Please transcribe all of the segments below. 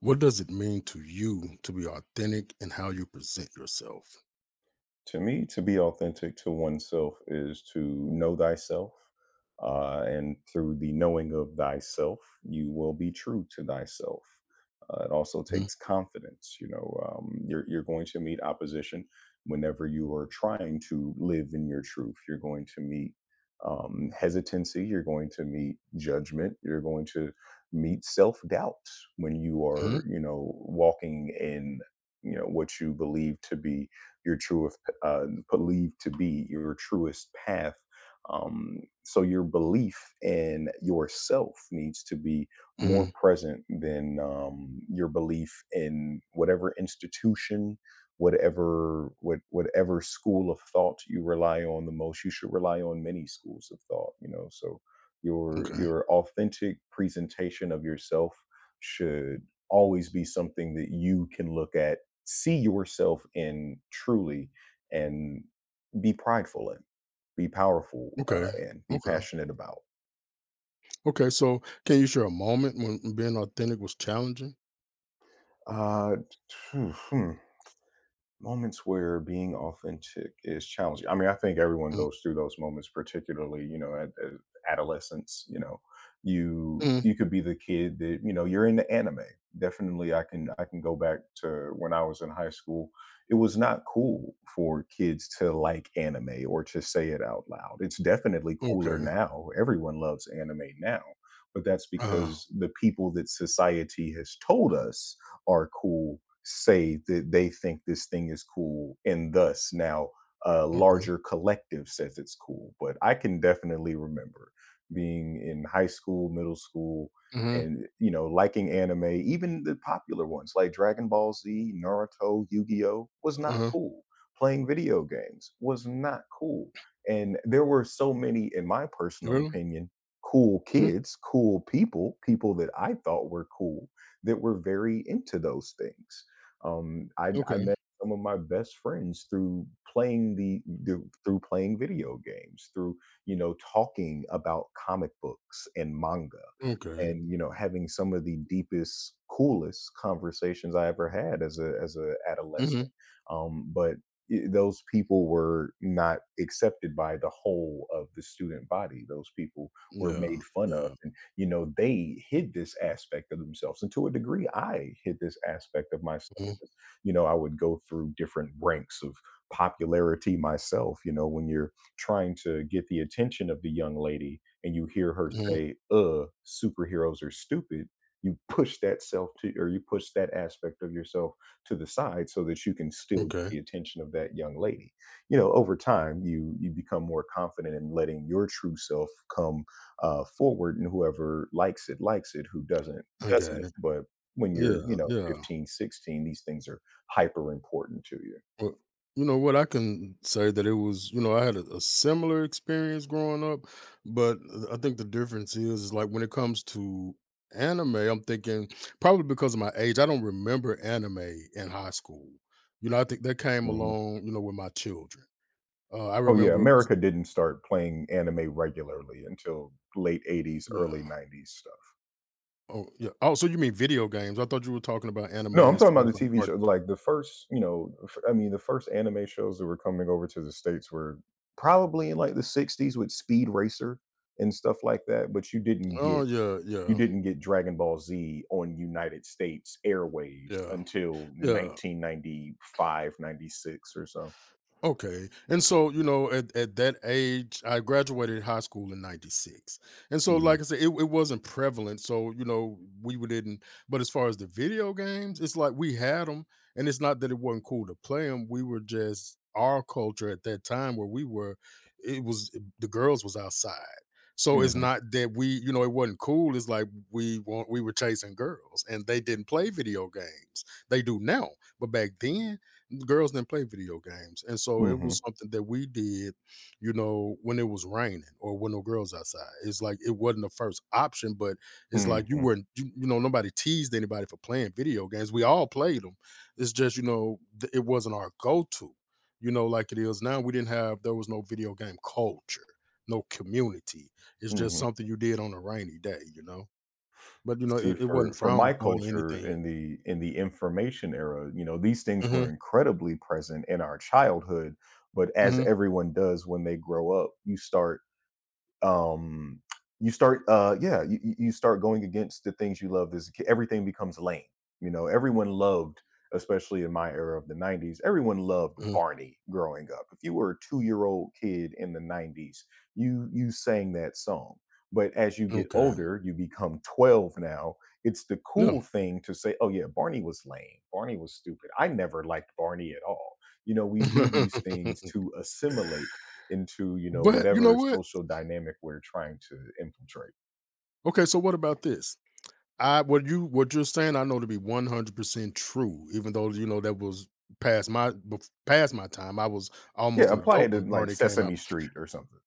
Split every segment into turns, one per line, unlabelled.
What does it mean to you to be authentic in how you present yourself?
To me, to be authentic to oneself is to know thyself. And through the knowing of thyself, you will be true to thyself. It also
Mhm,
takes confidence. You're going to meet opposition whenever you are trying to live in your truth. You're going to meet hesitancy. You're going to meet judgment. You're going to meet self doubt when you
mhm,
are, walking in what you believe to be your true believe to be your truest path. So your belief in yourself needs to be more
mhm,
present than your belief in whatever institution, whatever school of thought you rely on the most. You should rely on many schools of thought. So your
okay.
your authentic presentation of yourself should always be something that you can look at, see yourself in truly, and be prideful in, be powerful,
Okay.
in, be
Okay.
passionate about.
Okay. So, can you share a moment when being authentic was challenging?
Uh, phew, hmm. hmm. Moments where being authentic is challenging. I mean, I think everyone
Mm,
goes through those moments, particularly, at adolescence, you
mm,
you could be the kid that, you're into anime. Definitely, I can go back to when I was in high school. It was not cool for kids to like anime or to say it out loud. It's definitely cooler
okay.
now. Everyone loves anime now, but that's
Uh,
because the people that society has told us are cool say that they think this thing is cool, and thus now a
okay.
larger collective says it's cool. But I can definitely remember being in high school, middle school,
Hmm.
and, liking anime. Even the popular ones like Dragon Ball Z, Naruto, Yu-Gi-Oh was not
Uh,
cool. Playing video games was not cool. And there were so many, in my personal
really?
opinion, cool
Hmm.
kids, cool people, people that I thought were cool, that were very into those things. I
Okay.
met some of my best friends through playing the through playing video games, through, talking about comic books and manga,
Okay.
and, having some of the deepest, coolest conversations I ever had as a
Hmm.
adolescent. But I those people were not accepted by the whole of the student body. Those people were
Yeah.
made fun of,
Yeah.
and, they hid this aspect of themselves. And to a degree, I hid this aspect of myself.
Hmm.
I would go through different ranks of popularity myself. When you're trying to get the attention of the young lady and you hear her
Hmm.
say, superheroes are stupid, you push that self to, or you push that aspect of yourself to the side so that you can still get
Okay.
the attention of that young lady. Over time, you become more confident in letting your true self come forward, and whoever likes it, who doesn't
I
doesn't.
got it.
But when you're,
Yeah. Yeah.
15, 16, these things are hyper important to you.
Well, you know what? I can say that it was, I had a similar experience growing up, but I think the difference is like when it comes to anime, I'm thinking probably because of my age, I don't remember anime in high school. I think that came
Mhm.
along, with my children. I
Oh, yeah,
remember,
America didn't start playing anime regularly until late 80s, early
yeah.
90s stuff.
Oh, yeah. Oh, so you mean video games? I thought you were talking about anime
No, I'm
as
talking
far
about
as
the
like
TV
cart.
shows. Like the first, I mean, the first anime shows that were coming over to the States were probably in like the 60s with Speed Racer and stuff like that. But you didn't
Oh,
get
yeah,
you
yeah,
didn't get Dragon Ball Z on United States Airways
yeah,
until
yeah.
1995, 96 or so.
Okay. And so, at that age, I graduated high school in 96. And so,
Mm-hmm.
like I said, it wasn't prevalent. So, we would didn't, but as far as the video games, it's like we had them. And it's not that it wasn't cool to play them. We were just our culture at that time where we were, it was the girls was outside. So it's
Mhm,
not that it wasn't cool. It's like we were chasing girls and they didn't play video games. They do now. But back then, girls didn't play video games, and so it was
mhm,
something that we did, when it was raining or when no girls outside. It's like it wasn't the first option, but it's like you
mhm,
weren't, you know, nobody teased anybody for playing video games. We all played them. It's just it wasn't our go-to, like it is now. We didn't have there was no video game culture, no community. It's just
mhm.
something you did on a rainy day. But you know,
See,
it, it
for
wasn't
for
frowned
my
upon or
culture
anything.
in the information era, these things were
Hmm.
incredibly present in our childhood, but as
Hmm.
everyone does when they grow up, um you start going against the things you loved as a kid. Everything becomes lame. Everyone loved, especially in my era of the 90s, everyone loved
Mm.
Barney. Growing up, if you were a 2-year-old kid in the 90s, you sang that song. But as you get
Okay.
older, you become 12 now. It's the
Yeah.
cool thing to say, "Oh yeah, Barney was lame, Barney was stupid, I never liked Barney at all." We do these things to assimilate into,
But you know
whatever
what?
social dynamic we're trying to infiltrate.
Okay, so what about this? I what you what you're saying, I know to be 100% true, even though you know that was past my time. I was almost
Yeah,
an
apply it
adult
to
when
like
Barney came out.
Sesame Street or something.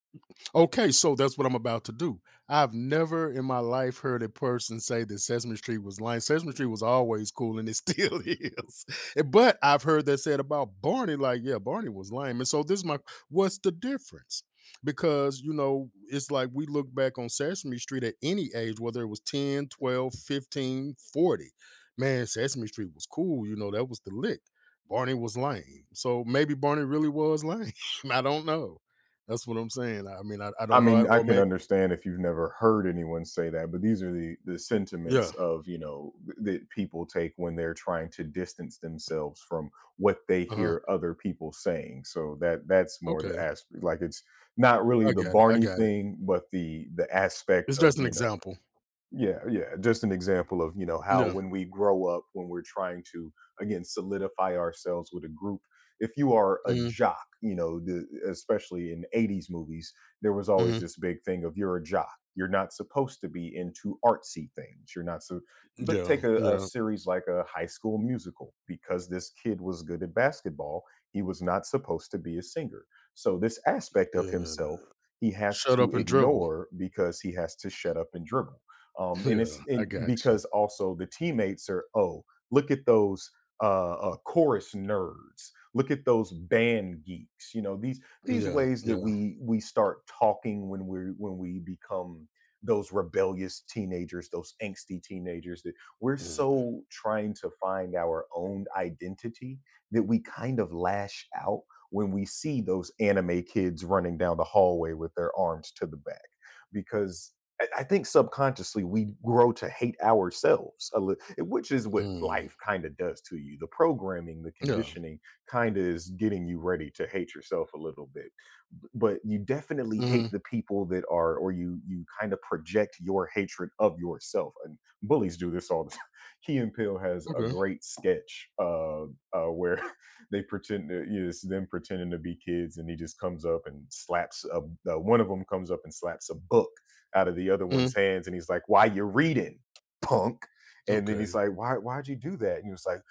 Okay, so that's what I'm about to do. I've never in my life heard a person say that Sesame Street was lying. Sesame Street was always cool and it still is. But I've heard that said about Barney, like, yeah, Barney was lame. And so this is my what's the difference? Because it's like we look back on Sesame Street at any age, whether it was 10, 12, 15, 40. Man, Sesame Street was cool, that was the lick. Barney was lame. So maybe Barney really was lame. I don't know. That's what I'm saying. I mean, I
I
don't know,
mean, I
or
can
may.
understand if you've never heard anyone say that, but these are the sentiments
Yeah,
of, that people take when they're trying to distance themselves from what they
uh-huh,
hear other people saying. So that's more the
okay,
aspect, like it's not really
I
the
got it, I
Barney
got it.
thing, but the aspect
It's just
of,
an
you know.
example.
Yeah, yeah. Just an example of, how
Yeah,
when we grow up, when we're trying to, again, solidify ourselves with a group. If you are a
mhm,
jock, especially in 80s movies, there was always
mhm,
this big thing of, "You're a jock. You're not supposed to be into artsy things. You're not so—" But
yeah,
take a
yeah,
series like a high school musical, because this kid was good at basketball. He was not supposed to be a singer. So, this aspect of
yeah.
himself, he has
Shut
to
up and dribble.
ignore, because he has to shut up and dribble. um, and
Yeah,
it's and
I got you.
because also the teammates are, "Oh, look at those chorus nerds. Look at those band geeks." You know, these
Yeah,
ways that
yeah,
we start talking when we become those rebellious teenagers, those angsty teenagers that we're
yeah,
so trying to find our own identity that we kind of lash out when we see those anime kids running down the hallway with their arms to the back, because I think subconsciously we grow to hate ourselves, which is what
mm,
life kind of does to you. The programming, the
yeah,
conditioning kind of is getting you ready to hate yourself a little bit. But you definitely hate
mhm,
the people that are, or you kind of project your hatred of yourself. And bullies do this all the time. Key and Peele has a
okay,
great sketch where they pretend to, it's them pretending to be kids, and he just comes up and slaps a, one of them comes up and slaps a book out of the other
mhm,
one's hands, and he's like, "Why you reading, punk?" And then he's
okay,
like, "Why'd you do that?" And he was like,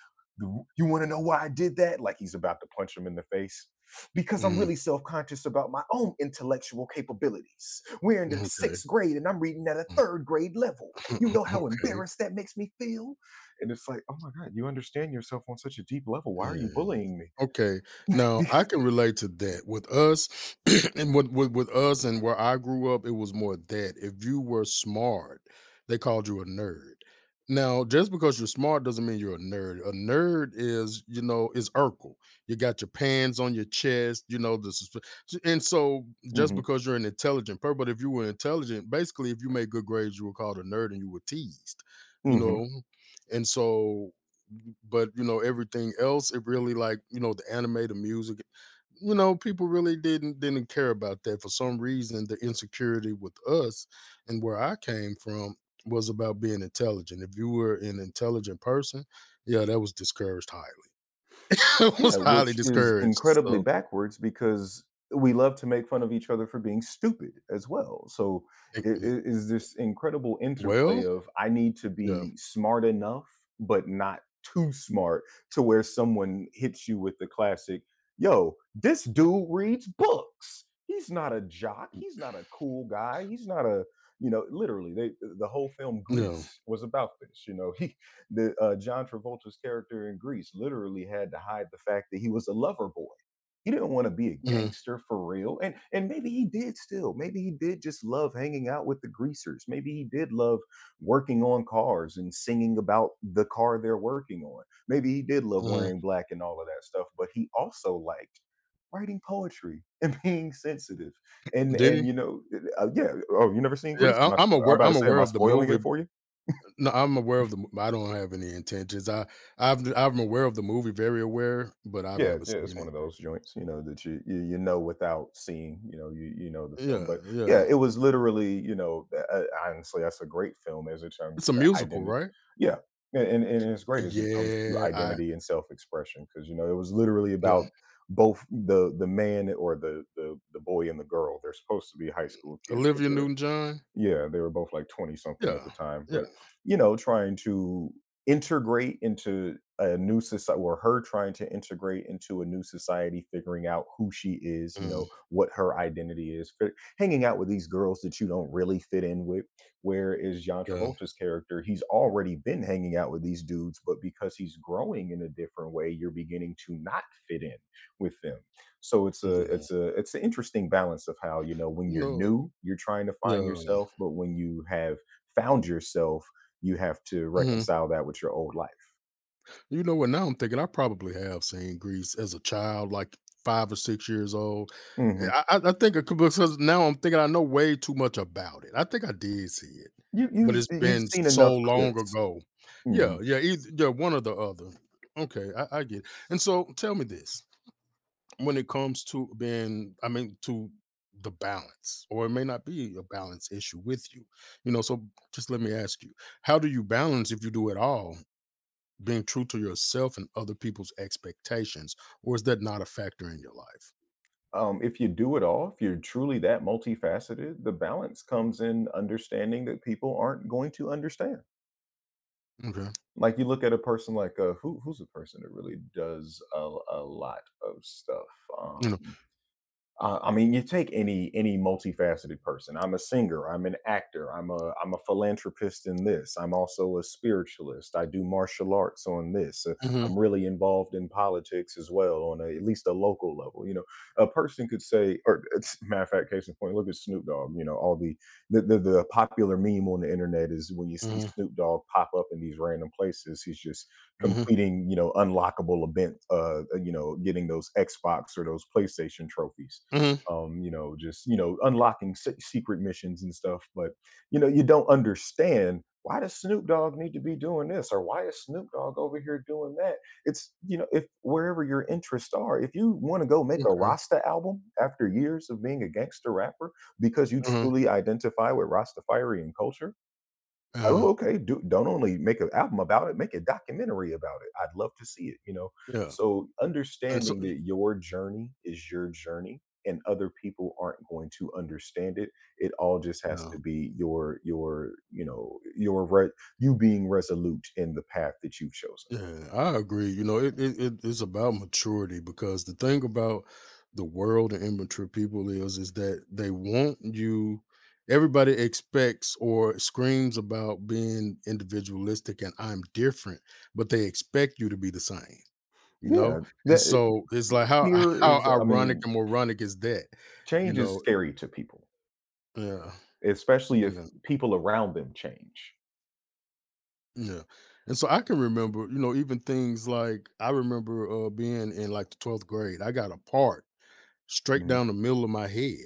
"You want to know why I did that?" Like he's about to punch him in the face. Because I'm
mhm,
really self conscious about my own intellectual capabilities. We're in the
okay,
sixth grade and I'm reading at a third grade level. You know how
okay.
embarrassed that makes me feel? And it's like, oh my God, you understand yourself on such a deep level. Why are you
Mm,
bullying
okay. Now
me?
I can relate to that. With us and with us and where I grew up, it was more that if you were smart, they called you a nerd. Now, just because you're smart doesn't mean you're a nerd. A nerd is Urkel. You got your pants on your chest, and so just
Hmm.
because you're an intelligent person, but if you were intelligent, basically if you made good grades, you were called a nerd and you were teased, you
Hmm.
know. And so, but everything else, it really, like, the anime, the music, people really didn't care about that for some reason. The insecurity with us and where I came from was about being intelligent. If you were an intelligent person, yeah, that was discouraged highly. It
Yeah,
was highly
which is
discouraged,
incredibly
so
backwards, because we love to make fun of each other for being stupid as well. So
it-
it
it-
is this incredible interplay
well,
of: I need to
yeah,
be smart enough, but not too smart to where someone hits you with the classic, "Yo, this dude reads books. He's not a jock. He's not a cool guy. He's not a—" Literally, the whole film
yeah.
Grease was about this. He the John Travolta's character in Grease literally had to hide the fact that he was a lover boy. He didn't want to be a
Mhm,
gangster for real, and maybe he did still. Maybe he did just love hanging out with the greasers. Maybe he did love working on cars and singing about the car they're working on. Maybe he did love
mhm.
wearing black and all of that stuff. But he also liked writing poetry and being sensitive. And
Did
and
he?
yeah. Oh, you never seen Grease?
Yeah, I, i'm
Am
aware
about to
i'm
say, am
aware
I
of the
spoiling it
movie.
for you?
No, I'm aware of the mo I don't have any intentions. I'm aware of the movie, very aware, but I've
Yeah,
never
yeah, it's
seen
one
it.
of those joints, that you know without seeing, you know the film.
Yeah,
But yeah,
yeah.
it was literally, honestly, that's a great film as it comes
It's a
to
musical,
identity.
right?
Yeah, and it's great as it comes to
Yeah, I
identity and self expression, because it was literally
yeah.
about both the man, or the boy and the girl. They're supposed to be high school kids, but
Olivia
they're—
Newton-John?
yeah, they were both like 20 something at the
Yeah,
time, but,
yeah.
trying to integrate into a new society, or her trying to integrate into a new society, figuring out who she is,
Mm,
what her identity is, fi hanging out with these girls that you don't really fit in with, whereas John
yeah,
Travolta's character, he's already been hanging out with these dudes, but because he's growing in a different way, you're beginning to not fit in with them. So it's a
yeah.
it's a it's an interesting balance of how, when
You
you're
know
new, you're trying to find
yeah.
yourself, but when you have found yourself, you have to
Mhm.
reconcile that with your old life.
You know what? Now I'm thinking I probably have seen Grease as a child, like 5 or 6 years old. Eh,
hmm
I I I think it could, because now I'm thinking I know way too much about it. I think I did see it, but it's
you've
been
seen
so
enough
long
clips.
ago. Yeah,
Mhm.
yeah, eith yeah, one or the other. Okay, I get it. And so tell me this, when it comes to being I mean, to the balance, or it may not be a balance issue with you, so just let me ask you, how do you balance, if you do at all, being true to yourself and other people's expectations, or is that not a factor in your life?
If you do it all, if you're truly that multifaceted, the balance comes in understanding that people aren't going to understand.
Okay,
Like, you look at a person like, who's a person that really does a lot of stuff. Um,
you know,
I mean, you take any multifaceted person. I'm a singer. I'm an actor. I'm a philanthropist in this. I'm also a spiritualist. I do martial arts on this.
mhm,
I'm really involved in politics as well on at least a local level. You know, a person could say, or it's, matter of fact, case in point, look at Snoop Dogg. You know, all the popular meme on the internet is when you see
mhm,
Snoop Dogg pop up in these random places, he's just
mhm,
completing, you know, unlockable event. Getting those Xbox or those PlayStation trophies.
mhm,
Unlocking secret missions and stuff. But, you don't understand, why does Snoop Dogg need to be doing this, or why is Snoop Dogg over here doing that? It's, if wherever your interests are, if you want to go make a
okay,
Rasta album after years of being a gangster rapper because you
uh-huh,
truly identify with Rastafarian culture.
uh-huh,
Oh, okay. Do don't only make an album about it, make a documentary about it. I'd love to see it, you know?
yeah,
So,
and so
understanding that your journey is your journey and other people aren't going to understand it, it all just has
yeah,
to be your, you know, your re you being resolute in the path that you've chosen.
yeah, I agree. It is about maturity because the thing about the world and immature people is that they want you. Everybody expects or screams about being individualistic and I'm different, but they expect you to be the same. You
Yeah,
know? And so it's like how
fear
how
is I
ironic
mean,
and moronic is that? You
change is
know?
scary to people,
Yeah,
especially if
yeah,
people around them change.
yeah. And so I can remember, even things like I remember, being in, like, the 12th grade. I got a part straight
Mhm,
down the middle of my head.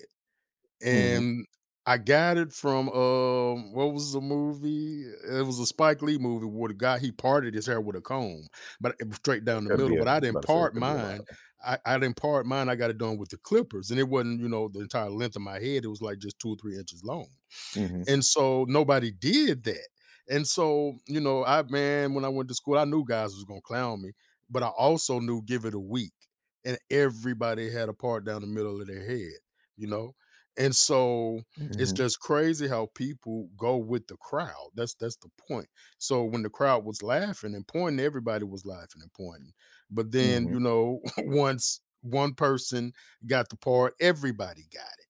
mhm.
And I got it from, what was the movie? It was a Spike Lee movie where the guy, he parted his hair with a comb, but it was straight down the
Could be—
middle,
a
but I
about
didn't
to say, it
part
could be a lot
mine.
of
I didn't part mine, I got it done with the clippers, and it wasn't, the entire length of my head, it was, like, just 2 or 3 inches long.
'em. Mhm.
And so nobody did that. And so, you know, I man, when I went to school, I knew guys was gonna clown me, but I also knew give it a week. And everybody had a part down the middle of their head, you know? And so it's
Mhm,
just crazy how people go with the crowd. That's the point. So when the crowd was laughing and pointing, everybody was laughing and pointing. But then,
mhm,
once one person got the part, everybody got it.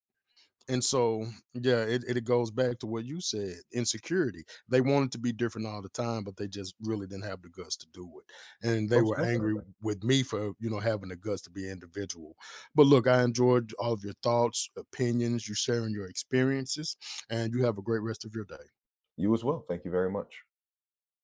And so, yeah, it goes back to what you said insecurity. They wanted to be different all the time, but they just really didn't have the guts to do it. And they
most
were angry
definitely.
with me for, having the guts to be individual. But look, I enjoyed all of your thoughts, opinions, you sharing your experiences, and you have a great rest of your day.
You as well, thank you very much.